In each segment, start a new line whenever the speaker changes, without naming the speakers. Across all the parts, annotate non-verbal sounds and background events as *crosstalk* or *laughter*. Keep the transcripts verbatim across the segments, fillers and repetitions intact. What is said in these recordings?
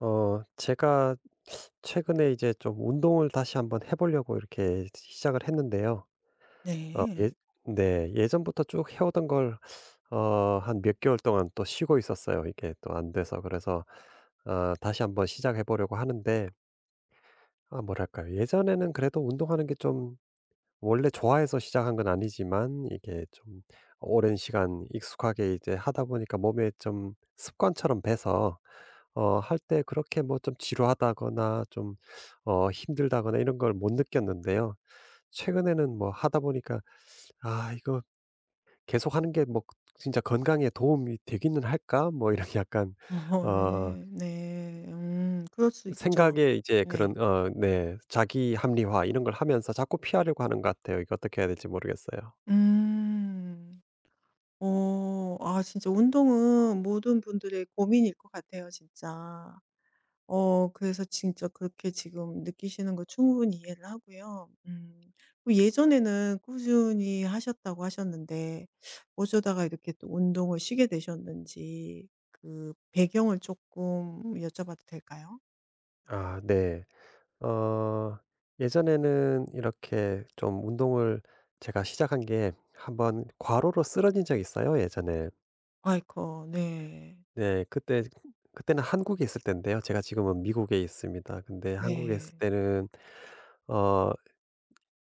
어 제가 최근에 이제 좀 운동을 다시 한번 해 보려고 이렇게 시작을 했는데요. 어
네.
예, 네. 예전부터 쭉 해 오던 걸 어 한 몇 개월 동안 또 쉬고 있었어요. 이게 또 안 돼서. 그래서 어 다시 한번 시작해 보려고 하는데, 아 뭐랄까요. 예전에는 그래도 운동하는 게좀 원래 좋아해서 시작한 건 아니지만, 이게 좀 오랜 시간 익숙하게 이제 하다 보니까 몸에 좀 습관처럼 배서 어 할 때 그렇게 뭐 좀 지루하다거나 좀 어 힘들다거나 이런 걸 못 느꼈는데요. 최근에는 뭐 하다 보니까 '아 이거 계속하는 게 뭐 진짜 건강에 도움이 되기는 할까?' 뭐 이런 *laughs* 약간
*laughs* 어
어
네. 네. 음, 그럴 수 있죠.
생각에 이제
네.
그런 어 네, 자기 합리화 이런 걸 하면서 자꾸 피하려고 하는 것 같아요. 이거 어떻게 해야 될지 모르겠어요.
음. 어 아 진짜 운동은 모든 분들의 고민일 것 같아요, 진짜. 어 그래서 진짜 그렇게 지금 느끼시는 거 충분히 이해를 하고요. 음, 그 예전에는 꾸준히 하셨다고 하셨는데 어쩌다가 이렇게 또 운동을 쉬게 되셨는지 그 배경을 조금 여쭤봐도 될까요?
아 네. 어 예전에는 이렇게 좀 운동을 제가 시작한 게, 한번 과로로 쓰러진 적이 있어요 예전에.
아이코, 네.
네, 그때 그때는 한국에 있을 때인데요. 제가 지금은 미국에 있습니다. 근데 한국에 있을
네.
때는 어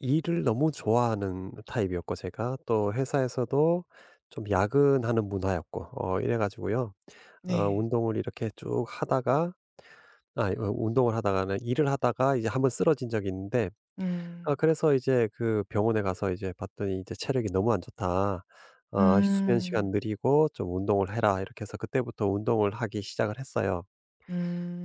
일을 너무 좋아하는 타입이었고, 제가 또 회사에서도 좀 야근하는 문화였고 어 이래 가지고요. 어
네.
운동을 이렇게 쭉 하다가, 아 어 운동을 하다가 는 일을 하다가 이제 한번 쓰러진 적이 있는데, 아
음.
그래서 이제 그 병원에 가서 이제 봤더니 이제 "체력이 너무 안 좋다. 아 수면 시간
음.
느리고 좀 운동을 해라." 이렇게 해서 그때부터 운동을 하기 시작을 했어요.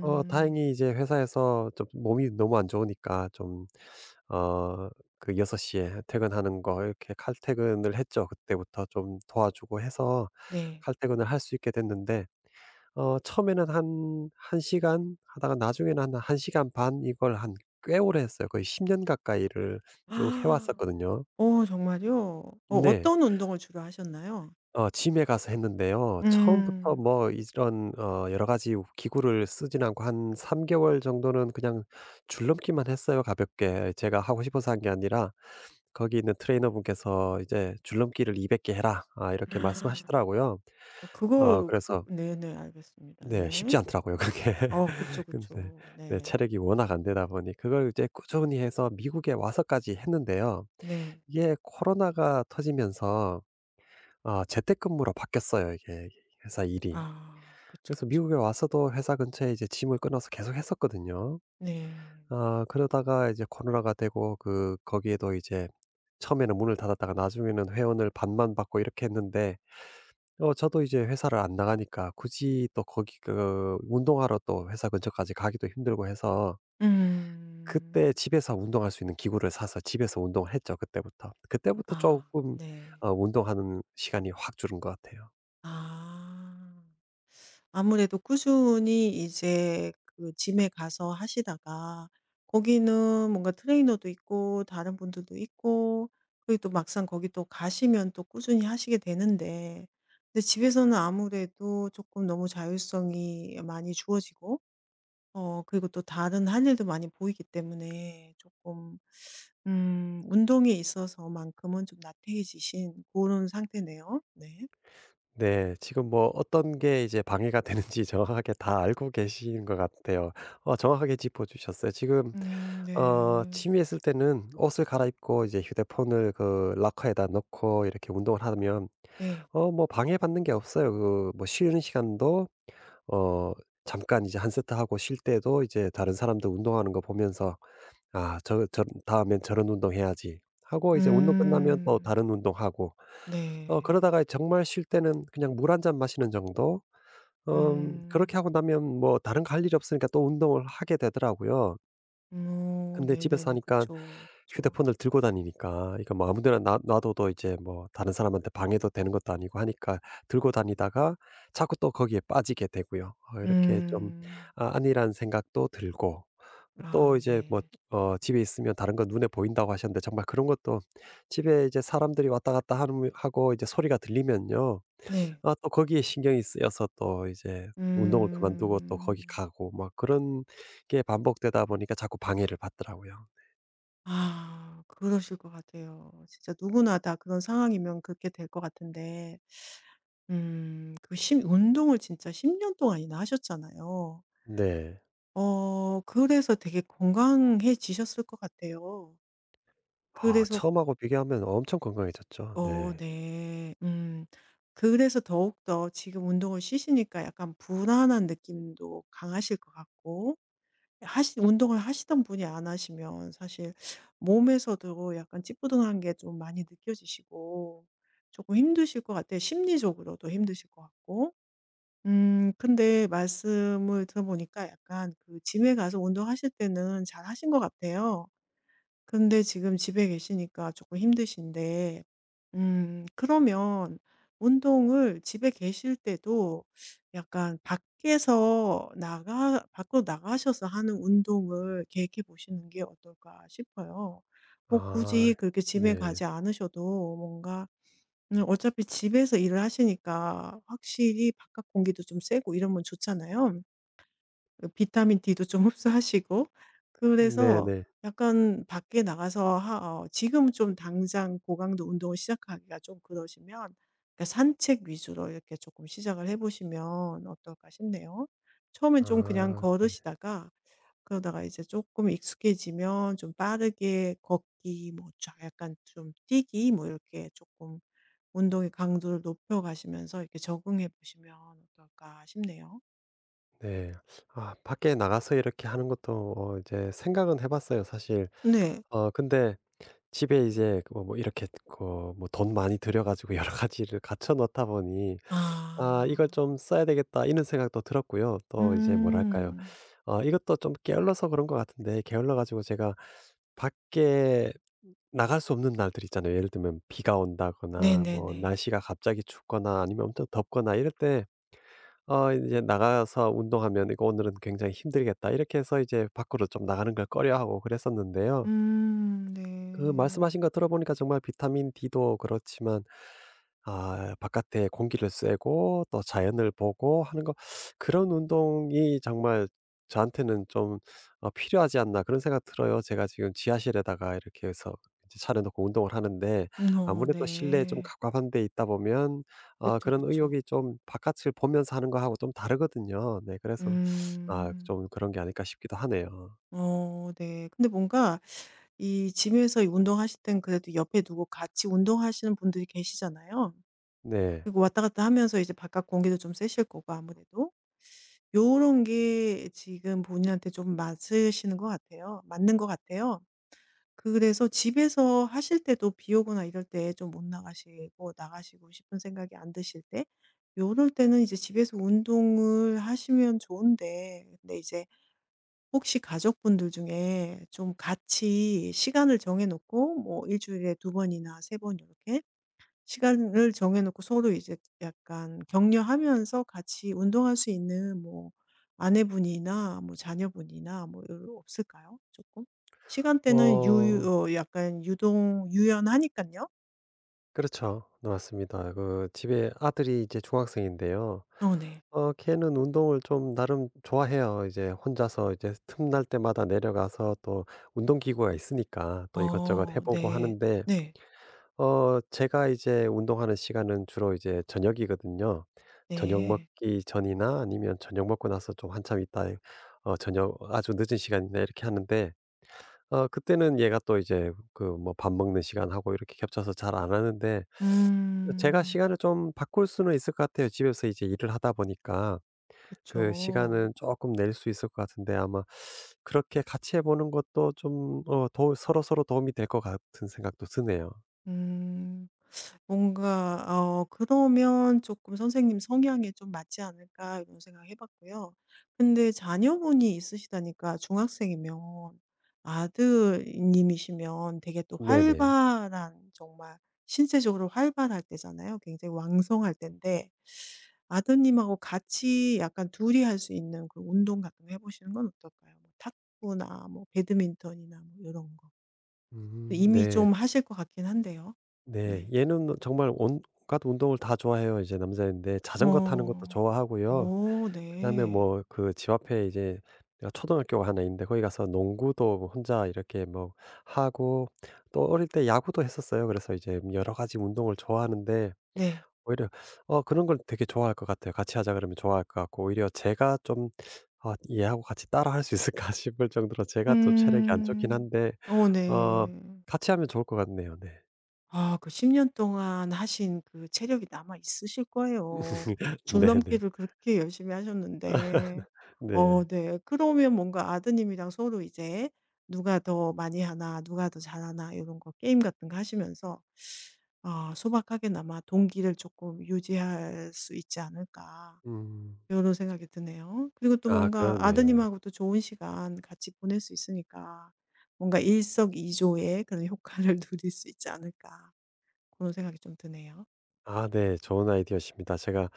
어 다행히 이제 회사에서 좀 몸이 너무 안 좋으니까 좀 어 그 여섯 시에 퇴근하는 거 이렇게 칼퇴근을 했죠. 그때부터 좀 도와주고 해서
네. *gasps*
칼퇴근을 할 수 있게 됐는데, 어 처음에는 한 1 시간 하다가, 나중에는 한 1 시간 반, 이걸 한 꽤 오래 했어요. 거의 십 년 가까이를 쭉 해
아.
왔었거든요.
어 정말요? 어
네.
어떤 운동을 주로 하셨나요?
어 g 에 가서 했는데요. 처음부터
음.
뭐 이런 어 여러 가지 기구를 쓰진 않고, 한 삼 개월 정도는 그냥 줄넘기만 했어요, 가볍게. 제가 하고 싶어서 한 게 아니라 거기 있는 트레이너분께서 이제 "줄넘기를 이백 개 해라." 아
*gasps*
이렇게
아.
말씀하시더라고요.
어
어
그거 그
그래서.
네네, 알겠습니다.
네, 쉽지
네.
않더라고요, 그게.
어 그쵸,
*laughs* 근데,
그쵸.
네,
네.
체력이 워낙 안 되다 보니 그걸 이제 꾸준히 해서 미국에 와서까지 했는데요.
네.
이게 코로나가 터지면서 아 재택근무로 바뀌었어요, 이게, 회사 일이.
아 그쵸,
그래서 미국에
그쵸.
와서도 회사 근처에 이제 짐을 끊어서 계속 했었거든요.
네.
아 그러다가 이제 코로나가 되고 그 거기에도 이제 처음에는 문을 닫았다가 나중에는 회원을 반만 받고 이렇게 했는데, 어 저도 이제 회사를 안 나가니까 굳이 또 거기 그 운동하러 또 회사 근처까지 가기도 힘들고 해서 그때
음.
집에서 운동할 수 있는 기구를 사서 집에서 운동을 했죠 그때부터. 그때부터
아
조금
네.
어 운동하는 시간이 확 줄은 것 같아요.
아. 아무래도 꾸준히 이제 그 짐에 가서 하시다가 거기는 뭔가 트레이너도 있고 다른 분들도 있고, 그리고 또 막상 거기 또 가시면 또 꾸준히 하시게 되는데, 근데 집에서는 아무래도 조금 너무 자율성이 많이 주어지고, 어 그리고 또 다른 할 일도 많이 보이기 때문에 조금 음 운동에 있어서만큼은 좀 나태해지신 그런 상태네요. 네.
네. 지금 뭐 어떤 게 이제 방해가 되는지 *laughs* 정확하게 다 알고 계신 것 같아요. 어 정확하게 짚어 주셨어요. 지금
음
어
네.
취미했을 때는 옷을 갈아입고 이제 휴대폰을 그 러커에다 넣고 이렇게 운동을 하면
네.
어 뭐 방해받는 게 없어요. 그 뭐 쉬는 시간도 어 잠깐 이제 한 세트하고 쉴 때도 이제 다른 사람들 운동하는 거 보면서 '아, 저 저 다음엔 저런 운동 해야지.' 하고 이제 운동 끝나면 또
음.
다른 운동하고, 어
네.
그러다가 정말 쉴 때는 그냥 물 한잔 마시는 정도? 음 그렇게
음.
하고 나면 뭐 다른 거 할 일이 없으니까 또 운동을 하게 되더라고요.
오
근데 집에서
네네네.
하니까
그쵸, 그쵸.
휴대폰을 들고 다니니까 이거 뭐 아무 데나 놔 놔둬도 이제 뭐 다른 사람한테 방해도 되는 것도 아니고 하니까 들고 다니다가 자꾸 또 거기에 빠지게 되고요. 어 이렇게 좀
음.
아 안일한 생각도 들고, 또
아
이제 뭐
네.
어 집에 있으면 다른 건 눈에 보인다고 하셨는데 정말 그런 것도, 집에 이제 사람들이 왔다 갔다 하는 하고 이제 소리가 들리면요.
네.
아 또 거기에 신경이 쓰여서 또 이제 운동을 그만두고 또 거기
음.
가고 막 그런 게 반복되다 보니까 자꾸 방해를 받더라고요.
아 그러실 것 같아요. 진짜 누구나 다 그런 상황이면 그렇게 될 것 같은데, 음 그 심 운동을 진짜 십 년 동안이나 하셨잖아요.
네.
어 그래서 되게 건강해지셨을 것 같아요.
아
그래서
처음하고 비교하면 엄청 건강해졌죠.
어
네.
네. 음. 그래서 더욱더 지금 운동을 쉬시니까 약간 불안한 느낌도 강하실 것 같고, 하시 운동을 하시던 분이 안 하시면 사실 몸에서도 약간 찌뿌둥한 게 좀 많이 느껴지시고 조금 힘드실 것 같아요. 심리적으로도 힘드실 것 같고. 음, 근데 말씀을 들어보니까 약간 그 g 에 가서 운동하실 때는 잘하신 것 같아요. 근데 지금 집에 계시니까 조금 힘드신데 음 그러면 운동을 집에 계실 때도 약간 밖에서 나가 밖으로 나가셔서 하는 운동을 계획해 보시는 게 어떨까 싶어요. 뭐
아
굳이 그렇게 집에
네.
가지 않으셔도 뭔가 음, 어차피 집에서 일을 하시니까 확실히 바깥 공기도 좀 쐬고 이러면 좋잖아요. 비타민 D도 좀 흡수하시고. 그래서
네네.
약간 밖에 나가서 하 어 지금 좀 당장 고강도 운동을 시작하기가 좀 그러시면, 그러니까 산책 위주로 이렇게 조금 시작을 해 보시면 어떨까 싶네요. 처음엔 좀 그냥
아
걸으시다가 그러다가 이제 조금 익숙해지면 좀 빠르게 걷기, 뭐 쫙 약간 좀 뛰기, 뭐 이렇게 조금 운동의 강도를 높여 가시면서 이렇게 적응해 보시면 어떨까 싶네요.
네. 아 밖에 나가서 이렇게 하는 것도 어 이제 생각은 해 봤어요, 사실.
네.
어 근데 집에 이제 그 뭐뭐 이렇게 그 뭐돈 많이 들여 가지고 *laughs* 여러 가지를 갖춰 놓다 보니, 아 '이걸
아.
좀 써야 되겠다.' 이런 생각도 들었고요. 또 이제 뭐랄까요.
음.
어 이것도 좀 게을러서 그런 것 같은데, 게을러 가지고 제가 밖에 나갈 수 없는 날들 있잖아요. 예를 들면 비가 온다거나 뭐
네네네.
날씨가 갑자기 춥거나 아니면 엄청 덥거나 이럴 때 어 이제 나가서 운동하면 '이거 오늘은 굉장히 힘들겠다.' 이렇게 해서 이제 밖으로 좀 나가는 걸 꺼려하고 그랬었는데요.
음
그
네.
말씀하신 거 들어보니까 정말 비타민 D도 그렇지만, 아 바깥에 공기를 쐬고 또 자연을 보고 하는 거, 그런 운동이 정말 저한테는 좀 어 '필요하지 않나.' 그런 생각 들어요. 제가 지금 지하실에다가 이렇게 해서 이제 차려놓고 운동을 하는데,
음 어
아무래도 실내에 좀
네.
가깝한 데 있다 보면 아
그쵸,
그런
그쵸.
의욕이 좀 바깥을 보면서 하는 거하고 좀 다르거든요. 네. 그래서 아
음.
좀 그런 게 아닐까 싶기도 하네요.
어 네. 근데 뭔가 이 집에서 이 운동하실 땐 그래도 옆에 누구 같이 운동하시는 분들이 계시잖아요.
네.
그리고 왔다 갔다 하면서 이제 바깥 공기도 좀 쐬실 거고 아무래도. 요런 게 지금 본인한테 좀 맞으시는 것 같아요. 맞는 것 같아요. 그래서 집에서 하실 때도 비 오거나 이럴 때 좀 못 나가시고 나가시고 싶은 생각이 안 드실 때, 요럴 때는 이제 집에서 운동을 하시면 좋은데, 근데 이제 혹시 가족분들 중에 좀 같이 시간을 정해 놓고 뭐 일 주일에 두 번이나 세번이렇게 시간을 정해 놓고 서로 이제 약간 격려하면서 같이 운동할 수 있는 뭐 아내분이나 뭐 자녀분이나 뭐 요 없을까요? 조금? 시간대는 유
어
어 약간 유동 유연하니까요.
그렇죠. 네, 맞습니다. 그 집에 아들이 이제 중학생인데요.
어 네.
어 걔는 운동을 좀 나름 좋아해요. 이제 혼자서 이제 틈날 때마다 내려가서 또 운동 기구가 있으니까 또 이것저것 해
어
보고
네.
하는데,
네.
어 제가 이제 운동하는 시간은 주로 이제 저녁이거든요. 저녁
네.
먹기 전이나 아니면 저녁 먹고 나서 좀 한참 있다, 어 저녁 아주 늦은 시간이나 이렇게 하는데, 어 그때는 얘가 또 이제 그 뭐 밥 먹는 시간하고 이렇게 겹쳐서 잘 안 하는데, 제가
음.
시간을 좀 바꿀 수는 있을 것 같아요. 집에서 이제 일을 하다 보니까
그렇죠.
그 시간은 조금 낼 수 있을 것 같은데, 아마 그렇게 같이 해 보는 것도 좀 어 도 서로서로 도움이 될 것 같은 생각도 드네요.
음. 뭔가 어 그러면 조금 '선생님 성향에 좀 맞지 않을까.' 이런 생각을 해 봤고요. 근데 자녀분이 있으시다니까 중학생이면 아드님이시면 되게 또
네네.
활발한, 정말 신체적으로 활발할 때잖아요. 굉장히 왕성할 때인데 아드님하고 같이 약간 둘이 할 수 있는 그런 운동 같은 거 해 보시는 건 어떨까요? 뭐 탁구나 뭐 배드민턴이나 뭐런 거.
음,
이미
네.
좀 하실 것 같긴 한데요.
네.
네.
얘는 정말 온갖 운동을 다 좋아해요. 이제 남자인데 자전거 타는 것도
어.
좋아하고요.
어
그다음에
네.
뭐 그 집 앞에 이제 내가 초등학교가 하나 있는데 거기 가서 농구도 뭐 혼자 이렇게 뭐 하고, 또 어릴 때 야구도 했었어요. 그래서 이제 뭐 여러 가지 운동을 좋아하는데
네.
오히려 어 그런 걸 되게 좋아할 것 같아요. 같이 하자 그러면 좋아할 것 같고, 오히려 제가 좀, 아, 얘하고 같이 따라 할 수 있을까 *laughs* 싶을 정도로 제가 좀 체력이 안 좋긴
음.
한데,
어
어
네.
같이 하면 좋을 것 같네요. 네.
아 그 십 년 동안 하신 그 체력이 남아 있으실 거예요.
*laughs* 네네.
줄넘기를 그렇게 열심히
*laughs*
하셨는데.
네.
어 네. 그러면 뭔가 아드님이랑 서로 이제 누가 더 많이 하나 누가 더 잘하나 요런 거 게임 같은 거 하시면서 아 소박하게나마 동기를 쪼끔 유지할 수 있지 않을까,
음.
이런 생각이 드네요. 그리고 또
아,
뭔가
그러네요.
아드님하고도 좋은 시간 같이 보낼 수 있으니까 뭔가 일석이조의 그런 효과를 *laughs* 누릴 수 있지 않을까, 그런 생각이 좀 드네요.
아, 네. 좋은 아이디어십니다. 제가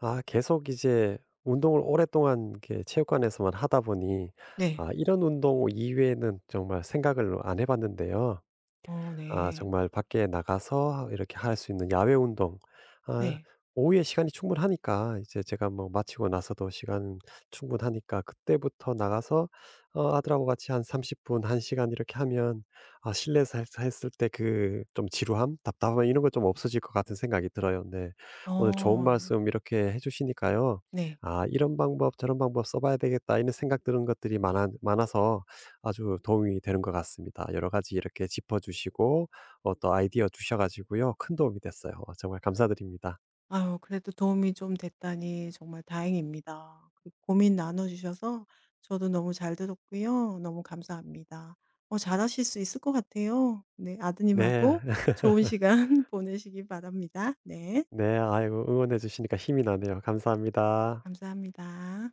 아 계속 이제 운동을 오랫동안 이렇게 체육관에서만 하다 보니,
네.
아 이런 운동 이외에는 정말 생각을 안 해 봤는데요.
어
아
네.
정말 밖에 나가서 이렇게 할 수 있는 야외 운동. 아
네.
오후에 시간이 충분하니까 이제 제가 뭐 마치고 나서도 시간 충분하니까 그때부터 나가서 어 아들하고 같이 한 30 분, 한 시간 이렇게 하면, 아 실내에서 했 했을 때 그 좀 지루함, 답답함 이런 거 좀 없어질 것 같은 생각이 들어요. 네.
어
오늘 좋은 말씀 이렇게 해 주시니까요.
네.
'아 이런 방법 저런 방법 써 봐야 되겠다.' 이런 생각 드는 것들이 많아 많아서 아주 도움이 되는 것 같습니다. 여러 가지 이렇게 짚어주시고 어, 또 아이디어 주셔가지고요. 큰 도움이 됐어요. 어, 정말 감사드립니다.
아유 그래도 도움이 좀 됐다니 정말 다행입니다. 그 고민 나눠 주셔서 저도 너무 잘 들었고요. 너무 감사합니다. 어 잘하실 수 있을 것 같아요. 네.
네.
아드님하고
*laughs*
좋은 시간 *laughs* 보내시기 바랍니다. 네.
네. 아이고, 응원해 주시니까 힘이 나네요. 감사합니다.
감사합니다.